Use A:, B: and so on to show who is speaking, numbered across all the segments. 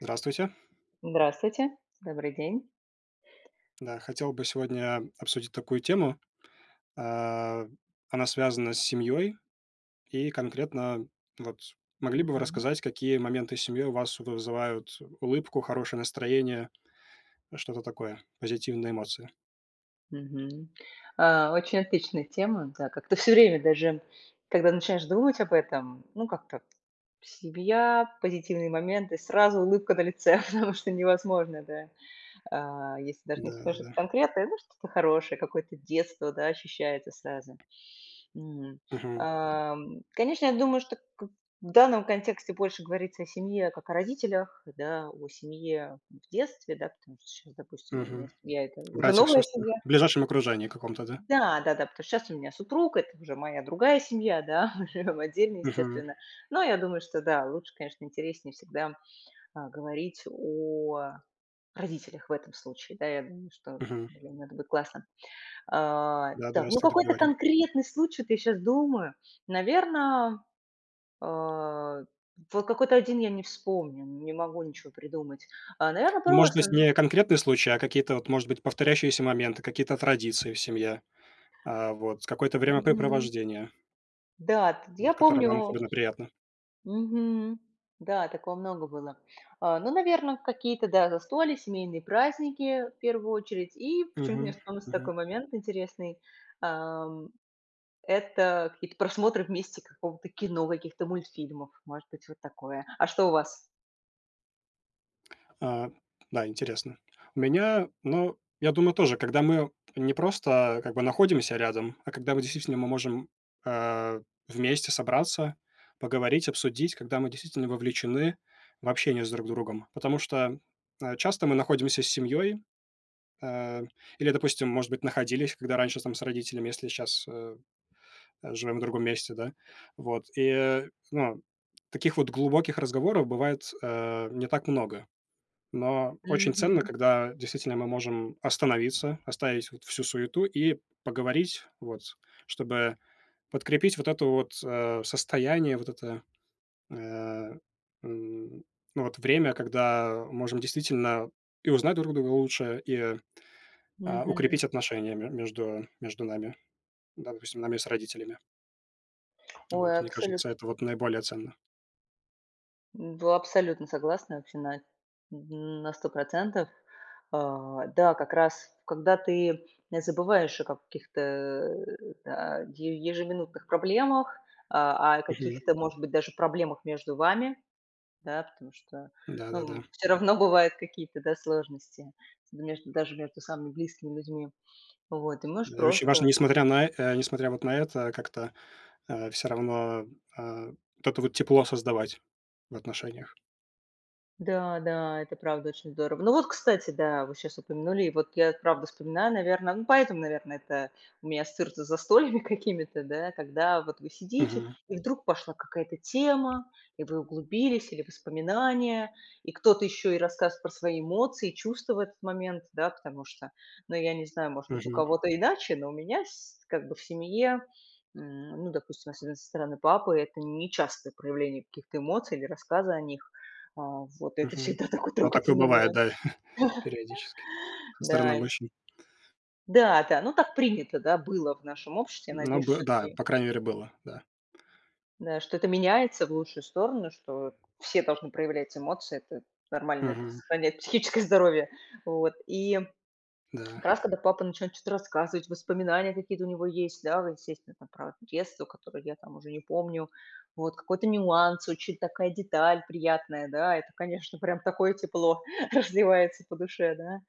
A: Здравствуйте.
B: Здравствуйте, добрый день.
A: Да, хотел бы сегодня обсудить такую тему. А, Она связана с семьей, и конкретно вот могли бы вы
B: Мгм.
A: рассказать, какие моменты семьи у вас вызывают улыбку, хорошее настроение, что-то такое, позитивные эмоции?
B: Мгм. Очень отличная тема, да. Как-то все время даже, когда начинаешь думать об этом, ну, как-то семья, позитивные моменты, сразу улыбка на лице, потому что невозможно, да. Если даже не
A: Да, да,
B: вспомнишь что-то
A: да.
B: конкретное, ну, что-то хорошее, какое-то детство, да, ощущается сразу. М.
A: Мгм,
B: Конечно, я думаю, что к в данном контексте больше говорится о семье как о родителях, да, о семье в детстве, да, потому что сейчас, допустим, у меня
A: мгм.
B: семья- это уже
A: Братьях,
B: новая
A: сестрах,
B: семья.
A: в ближайшем окружении каком-то, да?
B: Да, да-да, потому что сейчас у меня супруг, это уже моя другая семья, да, мы живем отдельно,
A: Мгм,
B: естественно. Но я думаю, что да, лучше, конечно, интереснее всегда, говорить о Родителях в этом случае, да, я думаю, что,
A: мгм.
B: блин, это будет классно.
A: Да,
B: Так,
A: давайте
B: ну
A: тогда
B: какой-то
A: поговорим.
B: конкретный случай, вот я щас думаю. Наверное, вот какой-то один я не вспомню, не могу ничего придумать. Наверное,
A: Ну, может быть,
B: просто.
A: не конкретный случай, а какие-то, вот, может быть, повторяющиеся моменты, какие-то традиции в семье, вот, какое-то
B: Да. Мгм.
A: времяпрепровождение.
B: Да, т я
A: Вот которая
B: помню.
A: вам особенно приятна.
B: Мгм. Да, такого много было. Ну, наверное, какие-то, да, застолья, семейные праздники в первую очередь. И почему-то мне
A: Мгм,
B: вспомнился
A: мгм.
B: такой момент интересный. Это какие-то просмотры вместе какого-то кино, каких-то мультфильмов, может быть, вот такое. А что у вас?
A: А, да, интересно. У меня, ну, я думаю, тоже, когда мы не просто как бы находимся рядом, а когда мы действительно мы можем, а, вместе собраться, поговорить, обсудить, когда мы действительно вовлечены в общение с друг другом. Потому что, часто мы находимся с семьей, а, или, допустим, может быть, находились, когда раньше там с родителями, если сейчас живем в другом месте, да. Вот, и, ну, таких вот глубоких разговоров бывает, не так много. Но очень
B: Мгм,
A: ценно, когда действительно мы можем остановиться, оставить вот всю суету и поговорить, вот, чтобы подкрепить вот это вот, э, состояние, вот это, э, м, ну, вот время, когда можем действительно и узнать друг друга лучше, и,
B: мгм.
A: укрепить отношения ме между между нами, да, допустим, нами с родителями.
B: Ой,
A: Вот, мне
B: абсолютно,
A: кажется, это вот наиболее ценно.
B: да, абсолютно согласна вообще на 100. Да, как раз, когда ты забываешь о каких-то, да, е ежеминутных проблемах, о
A: Мгм.
B: каких-то, может быть, даже проблемах между вами, да, потому что,
A: Да-да-да.
B: все равно бывают какие-то, да, сложности между даже между самыми близкими людьми. Вот, и можешь
A: Да, и очень важно,
B: просто.
A: несмотря на несмотря вот на это, как-то, все равно, вот это вот тепло создавать в отношениях.
B: Да, да, это правда очень здорово. Ну вот, кстати, да, вы сейчас упомянули, и вот я правда вспоминаю, наверное, ну поэтому, наверное, это у меня ассоциируется с застольями какими-то, да, когда вот вы сидите,
A: Мгм.
B: и вдруг пошла какая-то тема, и вы углубились, или воспоминания, и кто-то еще и рассказывает про свои эмоции, чувства в этот момент, да, потому что, ну я не знаю, может быть, у
A: Мгм.
B: кого-то иначе, но у меня как бы в семье ну, допустим, особенно со стороны папы, это не частое проявление каких-то эмоций или рассказа о них. Вот это
A: Мгм.
B: всегда такой
A: Ну, такое
B: трогательный
A: бывает,
B: момент.
A: да, периодически со
B: Да,
A: стороны
B: и
A: мужчин.
B: да, да, ну так принято, да, было в нашем обществе. Я
A: Но
B: надеюсь,
A: бы да,
B: всё-таки,
A: по крайней мере, было, да.
B: да, что это меняется в лучшую сторону, что все должны проявлять эмоции. Это нормально, это
A: Мгм.
B: сохраняет психическое здоровье. Вот и
A: Да.
B: как раз когда папа начинает что-то рассказывать, воспоминания какие-то у него есть, да, вот, естественно, там про детство, которое я там уже не помню, вот, какой-то нюанс, очень такая деталь приятная, да, это, конечно, прям такое тепло разливается по душе, да,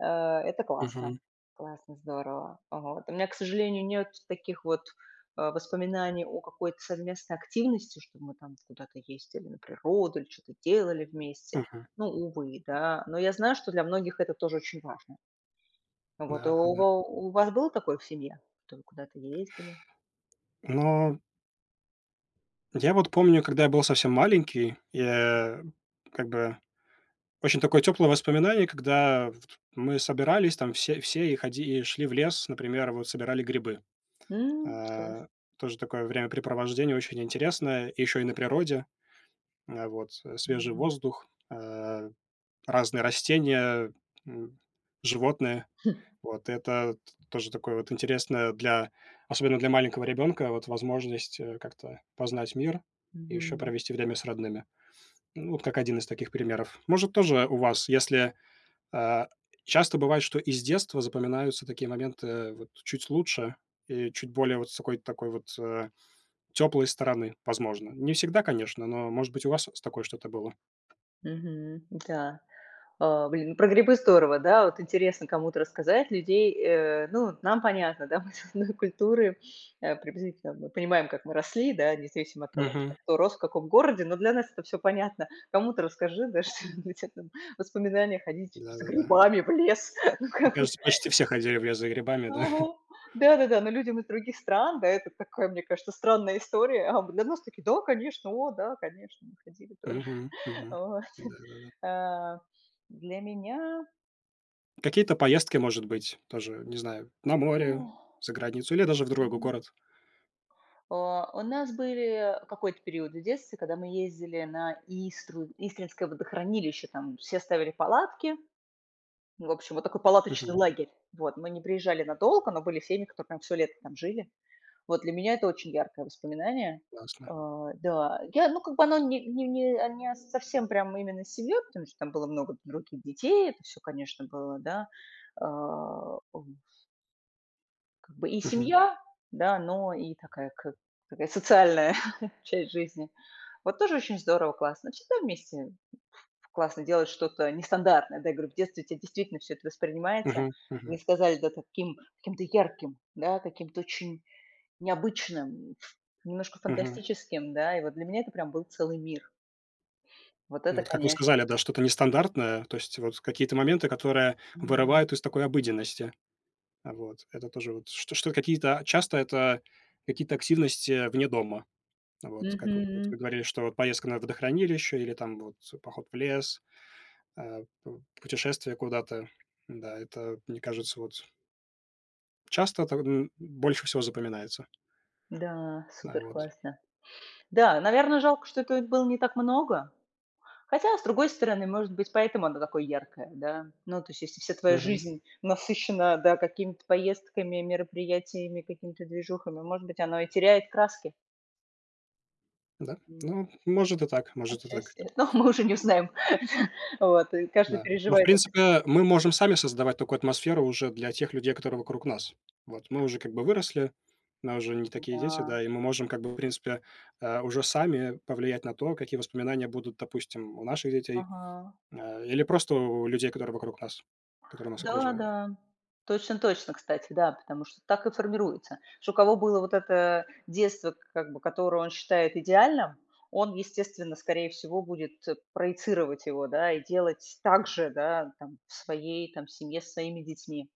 B: Это классно,
A: Мгм.
B: классно, здорово, вот. У меня, к сожалению, нет таких вот воспоминаний о какой-то совместной активности, что мы там куда-то ездили на природу или что-то делали вместе,
A: Мгм.
B: ну, увы, да, но я знаю, что для многих это тоже очень важно. Вот, а у
A: Да-да-да.
B: ва у вас было такое в семье, что вы куда-то ездили?
A: Но я вот помню, когда я был совсем маленький, я э, как бы очень такое теплое воспоминание, когда вот мы собирались там все и ходи и шли в лес, например, вот собирали грибы.
B: М, класс.
A: А, тоже такое времяпрепровождение очень интересное, еще и на природе. Свежий
B: Мгм.
A: воздух, разные растения, м, животные. Вот это т тоже такое вот интересное для особенно для маленького ребенка, вот возможность, как-то познать мир и еще
B: Мгм.
A: провести время с родными. Ну, вот как один из таких примеров. Может, тоже у вас, если а, часто бывает, что из детства запоминаются такие моменты вот чуть лучше и чуть более вот с какой-то такой вот, теплой стороны, возможно. Не всегда, конечно, но, может быть, у вас с такой что-то было?
B: Мгм. Да. Блин, ну про грибы здорово, да, вот интересно кому-то рассказать, людей, ну, нам понятно, да, мы с одной культуры, приблизительно мы понимаем, как мы росли, да, независимо от того,
A: Мгм.
B: кто рос в каком городе, но для нас это все понятно. Кому-то расскажи, да, что-нибудь это воспоминания ходить за
A: Да-да-да.
B: грибами в лес, ну,
A: Мне
B: как бы.
A: кажется, почти все ходили в лес за грибами, да?
B: Ага. Да-да-да, но людям из других стран, да, это такая, мне кажется, странная история. А для нас такие: "Да, конечно, о да, конечно, мы ходили тоже".
A: Мгм, мгм.
B: Вот.
A: Да-да-да.
B: А, Для меня,
A: Какие-то поездки, может быть, тоже, не знаю, на море,
B: ну,
A: за границу или даже в другой
B: м,
A: город.
B: у нас были какой-то период в детстве, когда мы ездили на Истру Истринское водохранилище, там все ставили палатки. В общем, вот такой палаточный
A: Мгм.
B: лагерь. Вот, мы не приезжали надолго, но были семьи, которые прям всё лето там жили. Вот для меня это очень яркое воспоминание.
A: Классно.
B: Да, я, ну, как бы оно не не не, не совсем прям именно с семьей, потому что там было много других детей, это все, конечно, было, да. А, в Как бы и
A: Мгм.
B: семья, да, но и такая как такая социальная часть жизни. Вот тоже очень здорово, классно. Ну, всегда вместе классно делать что-то нестандартное. Да, я говорю, в детстве у тебя действительно все это воспринимается.
A: Мгм. Мгм.
B: Мне сказали, да, таким каким-то ярким, да, каким-то очень необычным, немножко
A: Мгм.
B: фантастическим, да. И вот для меня это прям был целый мир. Вот
A: Ну,
B: это,
A: вот как вы
B: конечно.
A: сказали, да, что-то нестандартное, то есть вот какие-то моменты, которые
B: М.
A: вырывают из такой обыденности. Это тоже вот что какие-то часто это какие-то активности вне дома. Вот как вы вот
B: Мгм.
A: вы говорили, что вот поездка на водохранилище или там вот поход в лес, а, п путешествие куда-то. Да, это, мне кажется, вот часто это, больше всего запоминается.
B: Да,
A: А, вот.
B: суперклассно. Да, наверное, жалко, что это было не так много. Хотя, с другой стороны, может быть, поэтому оно такое яркое, да. Ну, то есть, если вся твоя
A: Мгм.
B: жизнь насыщена, да, какими-то поездками, мероприятиями, какими-то движухами, может быть, оно и теряет краски.
A: Да.
B: М.
A: Ну, может и так, может и так.
B: Отчасти. Но мы уже не узнаем. Вот, и каждый
A: Да. Но в
B: переживает.
A: принципе, мы можем сами создавать такую атмосферу уже для тех людей, которые вокруг нас. Вот мы уже как бы выросли, мы уже не такие дети,
B: Да.
A: да, и мы можем как бы, в принципе, уже сами повлиять на то, какие воспоминания будут, допустим, у наших детей,
B: Ага.
A: или просто у людей, которые вокруг нас, которые нас
B: Да,
A: окружают.
B: да. Точно, точно, кстати, да, потому что так и формируется. Что у кого было вот это детство, как бы, которое он считает идеальным, он, естественно, скорее всего, будет проецировать его, да, и делать так же, да, там, в своей там семье, с своими детьми.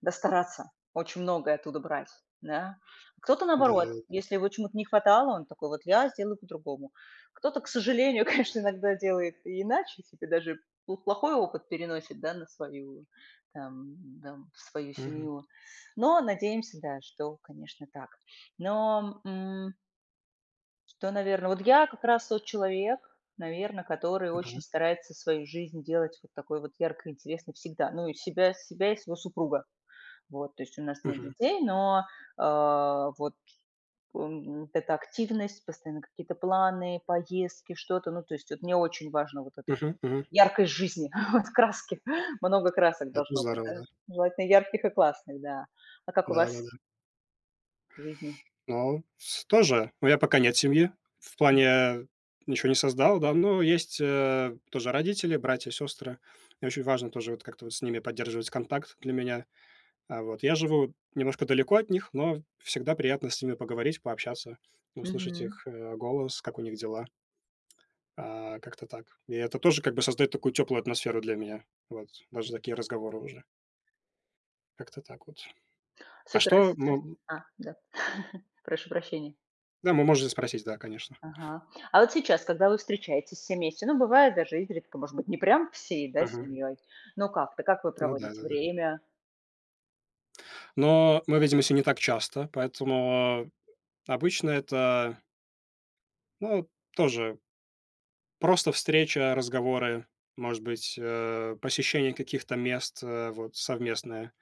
B: Да, стараться, очень многое оттуда брать, да. Кто-то, наоборот,
A: Да-да-да.
B: если его чему-то не хватало, он такой: "Вот я сделаю по-другому". Кто-то, к сожалению, конечно, иногда делает и иначе, себе даже пл плохой опыт переносит, да, на свою, там, там, в свою
A: Мгм.
B: семью. Но надеемся, да, что, конечно, так. Но, что, наверное, вот я как раз тот человек, наверное, который очень
A: Мгм.
B: старается свою жизнь делать вот такой вот яркой, интересной всегда. Ну, и себя и своего супруга. Вот, то есть у нас нет
A: Мгм.
B: детей, но, вот, вот эта активность, постоянно какие-то планы, поездки, что-то. Ну, то есть вот мне очень важно вот это вот
A: Мгм. Мгм.
B: яркость жизни, вот краски. Много красок
A: Это
B: должно быть,
A: здорово,
B: да,
A: да.
B: желательно ярких и классных, да. А как у вас
A: Да-да-да.
B: в жизни?
A: Ну, с тоже. У меня пока нет семьи, в
B: М,
A: плане ничего не создал, да, но есть, тоже родители, братья, сестры. И очень важно тоже вот как-то вот с ними поддерживать контакт для меня. Вот я живу немножко далеко от них, но всегда приятно с ними поговорить, пообщаться, услышать
B: мгм.
A: их, голос, как у них дела. Как-то так. И это тоже как бы создает такую теплую атмосферу для меня. Вот, даже такие разговоры уже. Как-то так вот.
B: С
A: А
B: утра
A: что
B: сейчас?
A: мы
B: Да. Прошу прощения.
A: да, мы можете спросить, да, конечно.
B: Ага. А вот сейчас, когда вы встречаетесь все вместе, ну, бывает даже изредка, может быть, не прям всей, да,
A: Ага.
B: семьей, ну как-то, как вы
A: Ну
B: проводите
A: да-да-да.
B: время?
A: Но мы видимся не так часто, поэтому обычно это, ну, тоже просто встреча, разговоры, может быть, посещение каких-то мест, вот, совместное,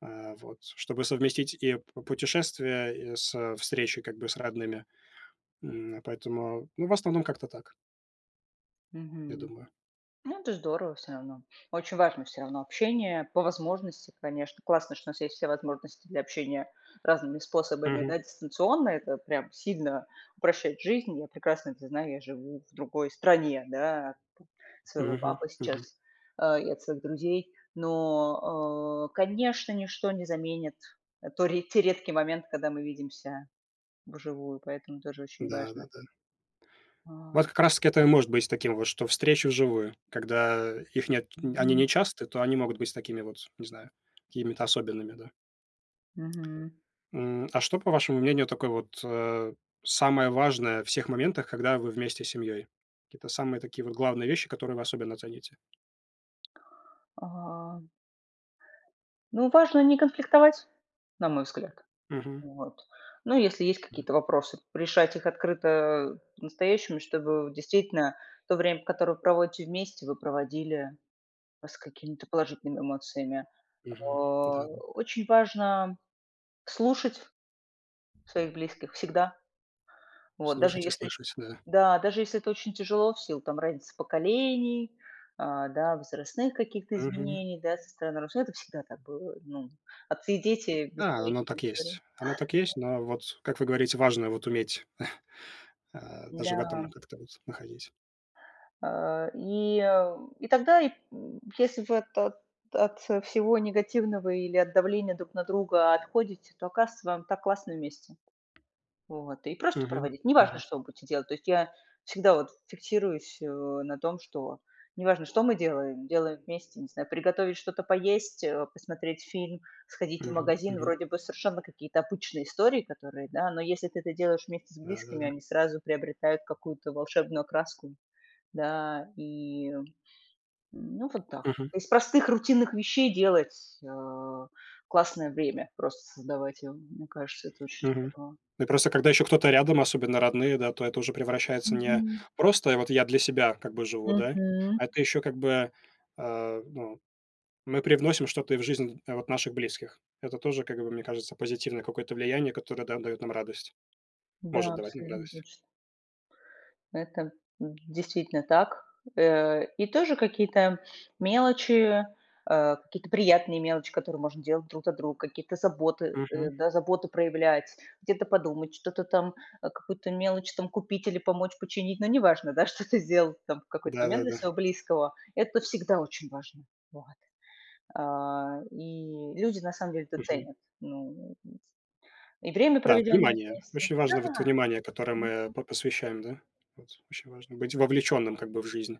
A: вот, чтобы совместить и п путешествие, встречей как бы с родными. Поэтому, ну, в основном как-то так, я
B: Мгм.
A: думаю.
B: Ну, это здорово все равно. Очень важно все равно общение по возможности, конечно. Классно, что у нас есть все возможности для общения разными способами,
A: Мгм.
B: да, дистанционно. Это прям сильно упрощает жизнь. Я прекрасно это знаю, я живу в другой стране, да, от своего
A: Мгм.
B: папы сейчас,
A: Мгм.
B: и от своих друзей. Но, конечно, ничто не заменит то, те редкие моменты, когда мы видимся вживую, поэтому тоже очень важно.
A: Да-да-да.
B: А,
A: Вот как раз таки это и может быть таким вот, что встречи вживую, когда их нет они
B: мгм.
A: нечасты, то они могут быть такими вот, не знаю, какими-то особенными, да.
B: Мгм.
A: А что, по вашему мнению, такое вот, самое важное в всех моментах, когда вы вместе с семьей? Какие-то самые такие вот главные вещи, которые вы особенно цените?
B: А, Ну, важно не конфликтовать, на мой взгляд.
A: Мгм.
B: Вот. Ну, если есть
A: М,
B: какие-то вопросы, решать их открыто по-настоящему, чтобы действительно то время, которое вы проводите вместе, вы проводили с какими-то положительными эмоциями.
A: мгм.
B: О,
A: Да,
B: Очень важно слушать своих близких всегда. Вот, даже
A: слушать и
B: если,
A: слышать, да.
B: да, даже если это очень тяжело в силу там разницы поколений, да, возрастных каких-то
A: Мгм.
B: изменений, да, со стороны родственников, это всегда так было, ну, отцы и дети
A: Да, оно
B: бесконечная
A: так
B: история.
A: есть. Оно так есть, но вот, как вы говорите, важно вот уметь, даже
B: Да,
A: в этом как-то вот находить.
B: и тогда, если вы от всего негативного или от давления друг на друга отходите, то оказывается вам так классно вместе. Вот, и просто
A: Мгм.
B: проводить. Неважно,
A: Мгм.
B: что вы будете делать. То есть я всегда вот фиксируюсь, на том, что неважно, что мы делаем, делаем вместе, не знаю, приготовить что-то поесть, посмотреть фильм, сходить в
A: Мгм.
B: магазин,
A: Мгм.
B: вроде бы совершенно какие-то обычные истории, которые, да, но если ты это делаешь вместе с близкими,
A: Да-да-да.
B: они сразу приобретают какую-то волшебную окраску. Да, и, ну, вот так.
A: Мгм,
B: Из простых рутинных вещей делать, классное время, просто создавать его. Мне кажется, это очень
A: мгм.
B: здорово.
A: Ну, и просто когда еще кто-то рядом, особенно родные, да, то это уже превращается не
B: Мгм.
A: просто а вот я для себя как бы живу, да,
B: Мгм.
A: а это еще как бы, ну, мы привносим что-то и в жизнь, вот наших близких. Это тоже, как бы, мне кажется, позитивное какое-то влияние, которое, да, дает нам радость,
B: Да,
A: может давать нам
B: абсолютно
A: радость.
B: точно. Это, действительно так. И тоже какие-то мелочи, какие-то приятные мелочи, которые можно делать друг от друга, какие-то заботы,
A: Мгм.
B: да, заботы проявлять, где-то подумать, что-то там, какую-то мелочь там купить или помочь починить, но неважно, да, что ты сделал там в какой-то момент для
A: Да-да-да.
B: своего близкого. Это всегда очень важно. Вот. И люди на самом деле это
A: Мгм.
B: ценят. Ну, и время,
A: Да,
B: проведенное
A: внимание.
B: вместе.
A: Очень важно вот
B: Да.
A: внимание, которое мы по посвящаем, да. Вот очень важно быть вовлеченным как бы в жизнь.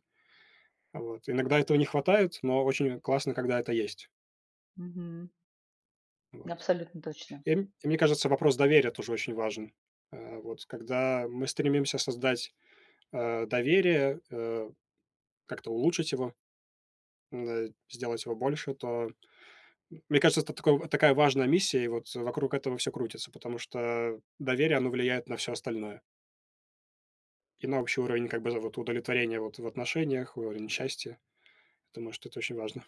A: Вот. Иногда этого не хватает, но очень классно, когда это есть.
B: Мгм.
A: Вот.
B: Абсолютно точно.
A: И мне кажется, вопрос доверия тоже очень важен. Вот когда мы стремимся создать, доверие, как-то улучшить его, сделать его больше, то, мне кажется, это такой такая важная миссия, и вот вокруг этого все крутится, потому что доверие, оно влияет на все остальное. И на общий уровень как бы вот удовлетворения вот в отношениях, уровень счастья. Думаю, что это очень важно.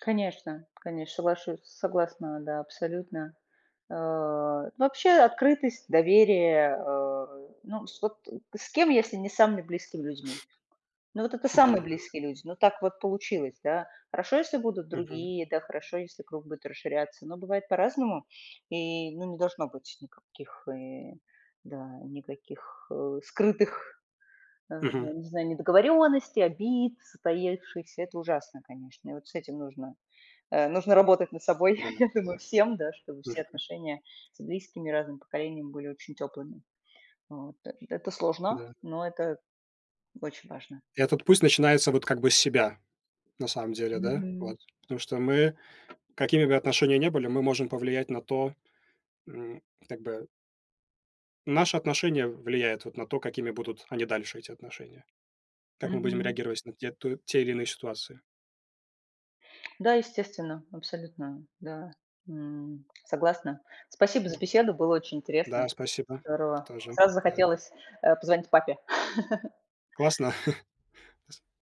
B: Конечно, конечно, соглашусь, согласна, да, абсолютно. Э, Вообще открытость, доверие, ну, с вот с кем, если не с самыми близкими людьми? Ну, вот это самые
A: Да-да-да.
B: близкие люди, ну, так вот получилось, да. Хорошо, если будут
A: Мгм.
B: другие, да, хорошо, если круг будет расширяться, но бывает по-разному, и, ну, не должно быть никаких, да, никаких скрытых,
A: Мгм.
B: да, не знаю, недоговоренностей, обид, затаившихся. Это ужасно, конечно, и вот с этим нужно, нужно работать над собой,
A: Да,
B: я думаю,
A: да.
B: всем, да, чтобы все
A: Мгм.
B: отношения с близкими разным поколением были очень теплыми. Вот. Это сложно,
A: Да.
B: но это очень важно.
A: И этот путь начинается вот как бы с себя. На самом деле, да,
B: Мгм.
A: вот. Потому что мы, какими бы отношения ни были, мы можем повлиять на то, м, как бы наши отношения влияют вот на то, какими будут они дальше, эти отношения. Как мы будем
B: Мгм.
A: реагировать на те или иные ситуации.
B: Да, естественно, абсолютно, да. Согласна. Спасибо за
A: Вот.
B: беседу, было очень интересно.
A: Да, спасибо.
B: Здорово.
A: Тоже,
B: Сразу
A: да.
B: захотелось, позвонить папе.
A: Классно.